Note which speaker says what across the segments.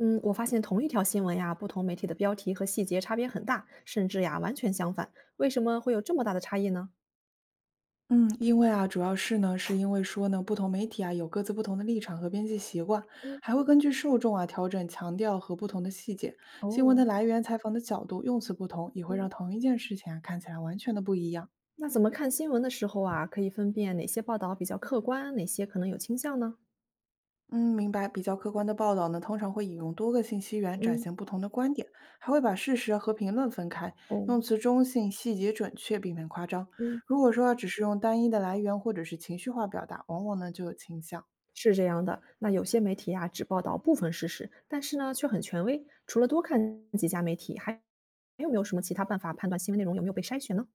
Speaker 1: 嗯，我发现同一条新闻呀，不同媒体的标题和细节差别很大，甚至呀完全相反。为什么会有这么大的差异呢？
Speaker 2: 嗯，因为啊，主要是呢，是因为说呢，不同媒体啊有各自不同的立场和编辑习惯，
Speaker 1: 嗯
Speaker 2: 还会根据受众啊调整强调和不同的细节。新闻的
Speaker 1: 哦，
Speaker 2: 来源、采访的角度、用词不同，也会让
Speaker 1: 嗯
Speaker 2: 同一件事情啊看起来完全的不一样。
Speaker 1: 那怎么看新闻的时候啊，可以分辨哪些报道比较客观，哪些可能有倾向呢？
Speaker 2: 嗯，明白。比较客观的报道呢，通常会引用多个信息源，展
Speaker 1: 嗯
Speaker 2: 现不同的观点，还会把事实和评论分开，用
Speaker 1: 哦，
Speaker 2: 词中性、细节准确，避免夸张。
Speaker 1: 嗯
Speaker 2: 如果说啊只是用单一的来源或者是情绪化表达，往往呢就有倾向。
Speaker 1: 是这样的。那有些媒体呀只报道部分事实，但是呢却很权威。除了多看几家媒体，还有没有什么其他办法判断新闻内容有没有被筛选呢？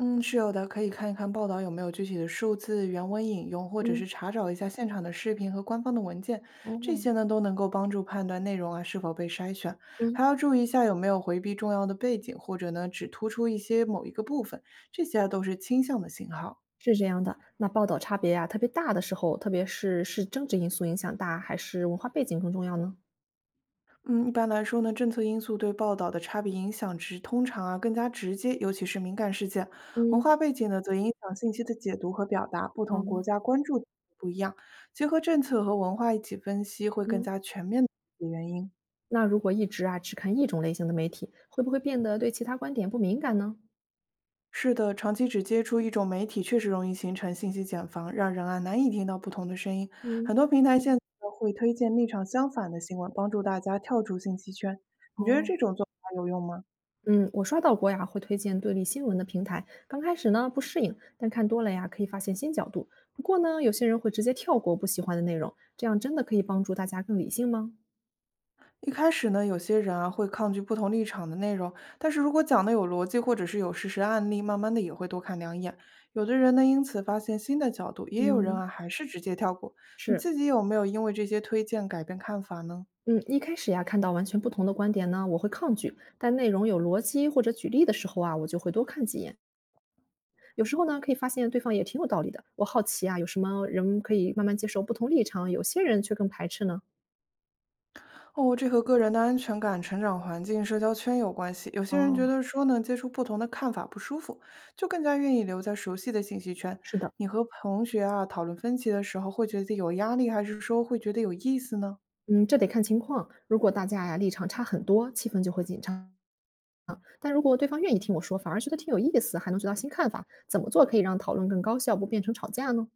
Speaker 2: 嗯，是有的，可以看一看报道有没有具体的数字、原文引用，或者是
Speaker 1: 嗯
Speaker 2: 查找一下现场的视频和官方的文件，这
Speaker 1: 哦，
Speaker 2: 些呢都能够帮助判断内容啊是否被筛选。还
Speaker 1: 嗯。
Speaker 2: 要注意一下有没有回避重要的背景，或者呢只突出一些某一个部分，这些啊都是倾向的信号。
Speaker 1: 是这样的，那报道差别呀、特别大的时候，特别是政治因素影响大，还是文化背景更重要呢？
Speaker 2: 嗯，一般来说呢，政策因素对报道的差别影响值通常啊更加直接，尤其是敏感事件。文
Speaker 1: 嗯，
Speaker 2: 化背景呢，则影响信息的解读和表达，不
Speaker 1: 好
Speaker 2: 同国
Speaker 1: 的
Speaker 2: 家关注点不一样，结合政策和文化一起分析，会更
Speaker 1: 嗯，
Speaker 2: 加全面的理解原因。
Speaker 1: 那如果一直啊只看一种类型的媒体，会不会变得对其他观点不敏感呢？
Speaker 2: 是的，长期只接触一种媒体，确实容易形成信息茧房，让人啊难以听到不同的声音。
Speaker 1: 嗯，
Speaker 2: 很多平台现在会推荐立场相反的新闻，帮助大家跳出信息圈。你觉得
Speaker 1: 哦，
Speaker 2: 这种做法有用吗？
Speaker 1: 嗯，我刷到过呀，会推荐对立新闻的平台。刚开始呢不适应，但看多了呀，可以发现新角度。不过呢，有些人会直接跳过不喜欢的内容，这样真的可以帮助大家更理性吗？
Speaker 2: 一开始呢，有些人啊会抗拒不同立场的内容，但是如果讲的有逻辑，或者是有事实案例，慢慢的也会多看两眼。有的人呢，因此发现新的角度，也有人
Speaker 1: 嗯，
Speaker 2: 啊还是直接跳过。你
Speaker 1: 是，
Speaker 2: 自己有没有因为这些推荐改变看法呢？
Speaker 1: 嗯，一开始呀，看到完全不同的观点呢，我会抗拒；但内容有逻辑或者举例的时候啊，我就会多看几眼。有时候呢，可以发现对方也挺有道理的。我好奇啊，有什么人可以慢慢接受不同立场，有些人却更排斥呢？
Speaker 2: 哦，这和个人的安全感、成长环境、社交圈有关系。有些人觉
Speaker 1: 哦，
Speaker 2: 得说呢，接触不同的看法不舒服，就更加愿意留在熟悉的信息圈。
Speaker 1: 是的，
Speaker 2: 你和同学啊讨论分歧的时候，会觉得有压力，还是说会觉得有意思呢？
Speaker 1: 嗯，这得看情况。如果大家呀立场差很多，气氛就会紧张；但如果对方愿意听我说，反而觉得挺有意思，还能学到新看法。怎么做可以让讨论更高效，不变成吵架呢？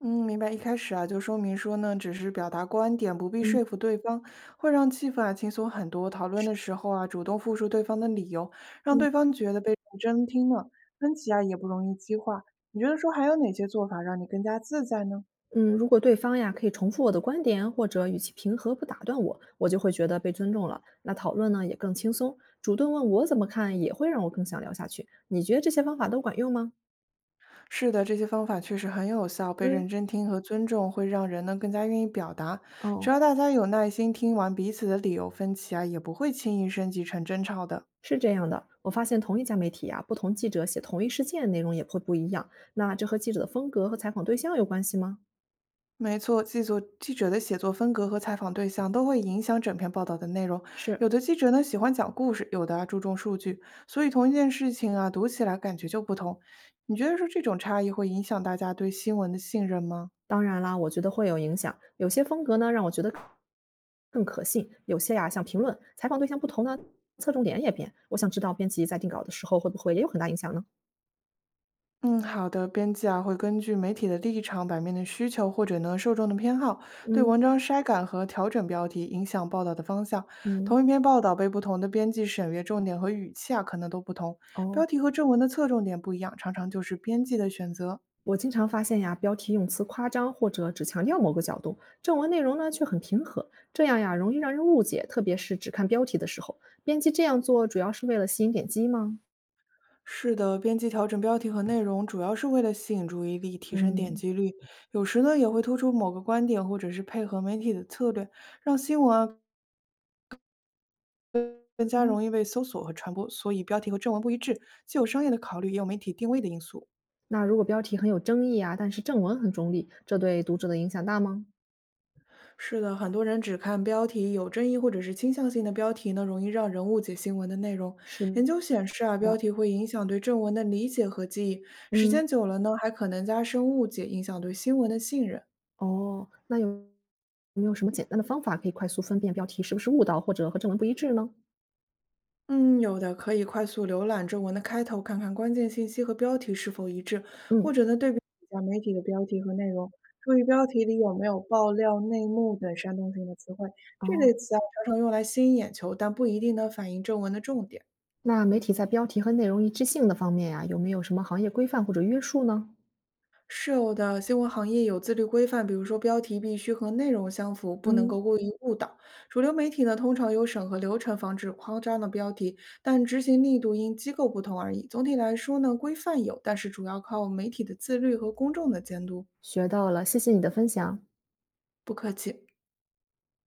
Speaker 2: 嗯，明白。一开始啊，就说明说呢，只是表达观点，不必
Speaker 1: 嗯
Speaker 2: 说服对方，会让气氛啊轻松很多。讨论的时候啊，主动复述对方的理由，让
Speaker 1: 嗯。
Speaker 2: 对方觉得被认真听了，分歧啊也不容易激化。你觉得说还有哪些做法让你更加自在呢？
Speaker 1: 嗯，如果对方呀可以重复我的观点，或者语气平和不打断我，我就会觉得被尊重了。那讨论呢也更轻松，主动问我怎么看也会让我更想聊下去。你觉得这些方法都管用吗？
Speaker 2: 是的，这些方法确实很有效，被
Speaker 1: 嗯，
Speaker 2: 认真听和尊重会让人呢更加愿意表达。只要
Speaker 1: 哦，
Speaker 2: 大家有耐心听完彼此的理由，分歧啊也不会轻易升级成争吵的。
Speaker 1: 是这样的。我发现同一家媒体呀，不同记者写同一事件内容也会不一样。那这和记者的风格和采访对象有关系吗？
Speaker 2: 没错，记者的写作风格和采访对象都会影响整篇报道的内容。
Speaker 1: 是，
Speaker 2: 有的记者呢喜欢讲故事，有的啊注重数据，所以同一件事情啊读起来感觉就不同。你觉得说这种差异会影响大家对新闻的信任吗？
Speaker 1: 当然啦，我觉得会有影响。有些风格呢，让我觉得更可信；有些呀，像评论、采访对象不同呢，侧重点也变。我想知道编辑在定稿的时候会不会也有很大影响呢？
Speaker 2: 嗯，好的。编辑啊，会根据媒体的立场、版面的需求或者呢受众的偏好，对
Speaker 1: 嗯
Speaker 2: 文章筛选和调整标题，影响报道的方向。同
Speaker 1: 嗯，
Speaker 2: 一篇报道被不同的编辑审阅，重点和语气啊可能都不同，
Speaker 1: 哦，
Speaker 2: 标题和正文的侧重点不一样，常常就是编辑的选择。
Speaker 1: 我经常发现呀，标题用词夸张或者只强调某个角度，正文内容呢却很平和，这样呀容易让人误解，特别是只看标题的时候。编辑这样做主要是为了吸引点击吗？
Speaker 2: 是的，编辑调整标题和内容，主要是为了吸引注意力，提升点
Speaker 1: 嗯
Speaker 2: 击率。有时呢，也会突出某个观点，或者是配合媒体的策略，让新闻啊更加
Speaker 1: 嗯，
Speaker 2: 容易被搜索和传播，所以标题和正文不一致，既有商业的考虑，也有媒体定位的因素。
Speaker 1: 那如果标题很有争议啊，但是正文很中立，这对读者的影响大吗？
Speaker 2: 是的，很多人只看标题，有争议或者是倾向性的标题呢，容易让人误解新闻的内容。
Speaker 1: 是
Speaker 2: 研究显示啊，标
Speaker 1: 的，
Speaker 2: 题会影响对正文的理解和记忆，时
Speaker 1: 嗯，
Speaker 2: 间久了呢，还可能加深误解，影响对新闻的信任。
Speaker 1: 哦，那有没有什么简单的方法可以快速分辨标题是不是误导或者和正文不一致呢？
Speaker 2: 嗯，有的可以快速浏览正文的开头，看看关键信息和标题是否一致，或
Speaker 1: 嗯，
Speaker 2: 者呢对比一下媒体的标题和内容，注意标题里有没有爆料、内幕等煽动性的词汇。这
Speaker 1: 哦，
Speaker 2: 类词啊，常常用来吸引眼球，但不一定能反映正文的重点。
Speaker 1: 那媒体在标题和内容一致性的方面呀、有没有什么行业规范或者约束呢？
Speaker 2: 是有的，新闻行业有自律规范，比如说标题必须和内容相符，不能
Speaker 1: 嗯，
Speaker 2: 够故意误导。主流媒体呢，通常有审核流程，防止夸张的标题，但执行力度因机构不同而已。总体来说呢，规范有，但是主要靠媒体的自律和公众的监督。
Speaker 1: 学到了，谢谢你的分享。
Speaker 2: 不客气。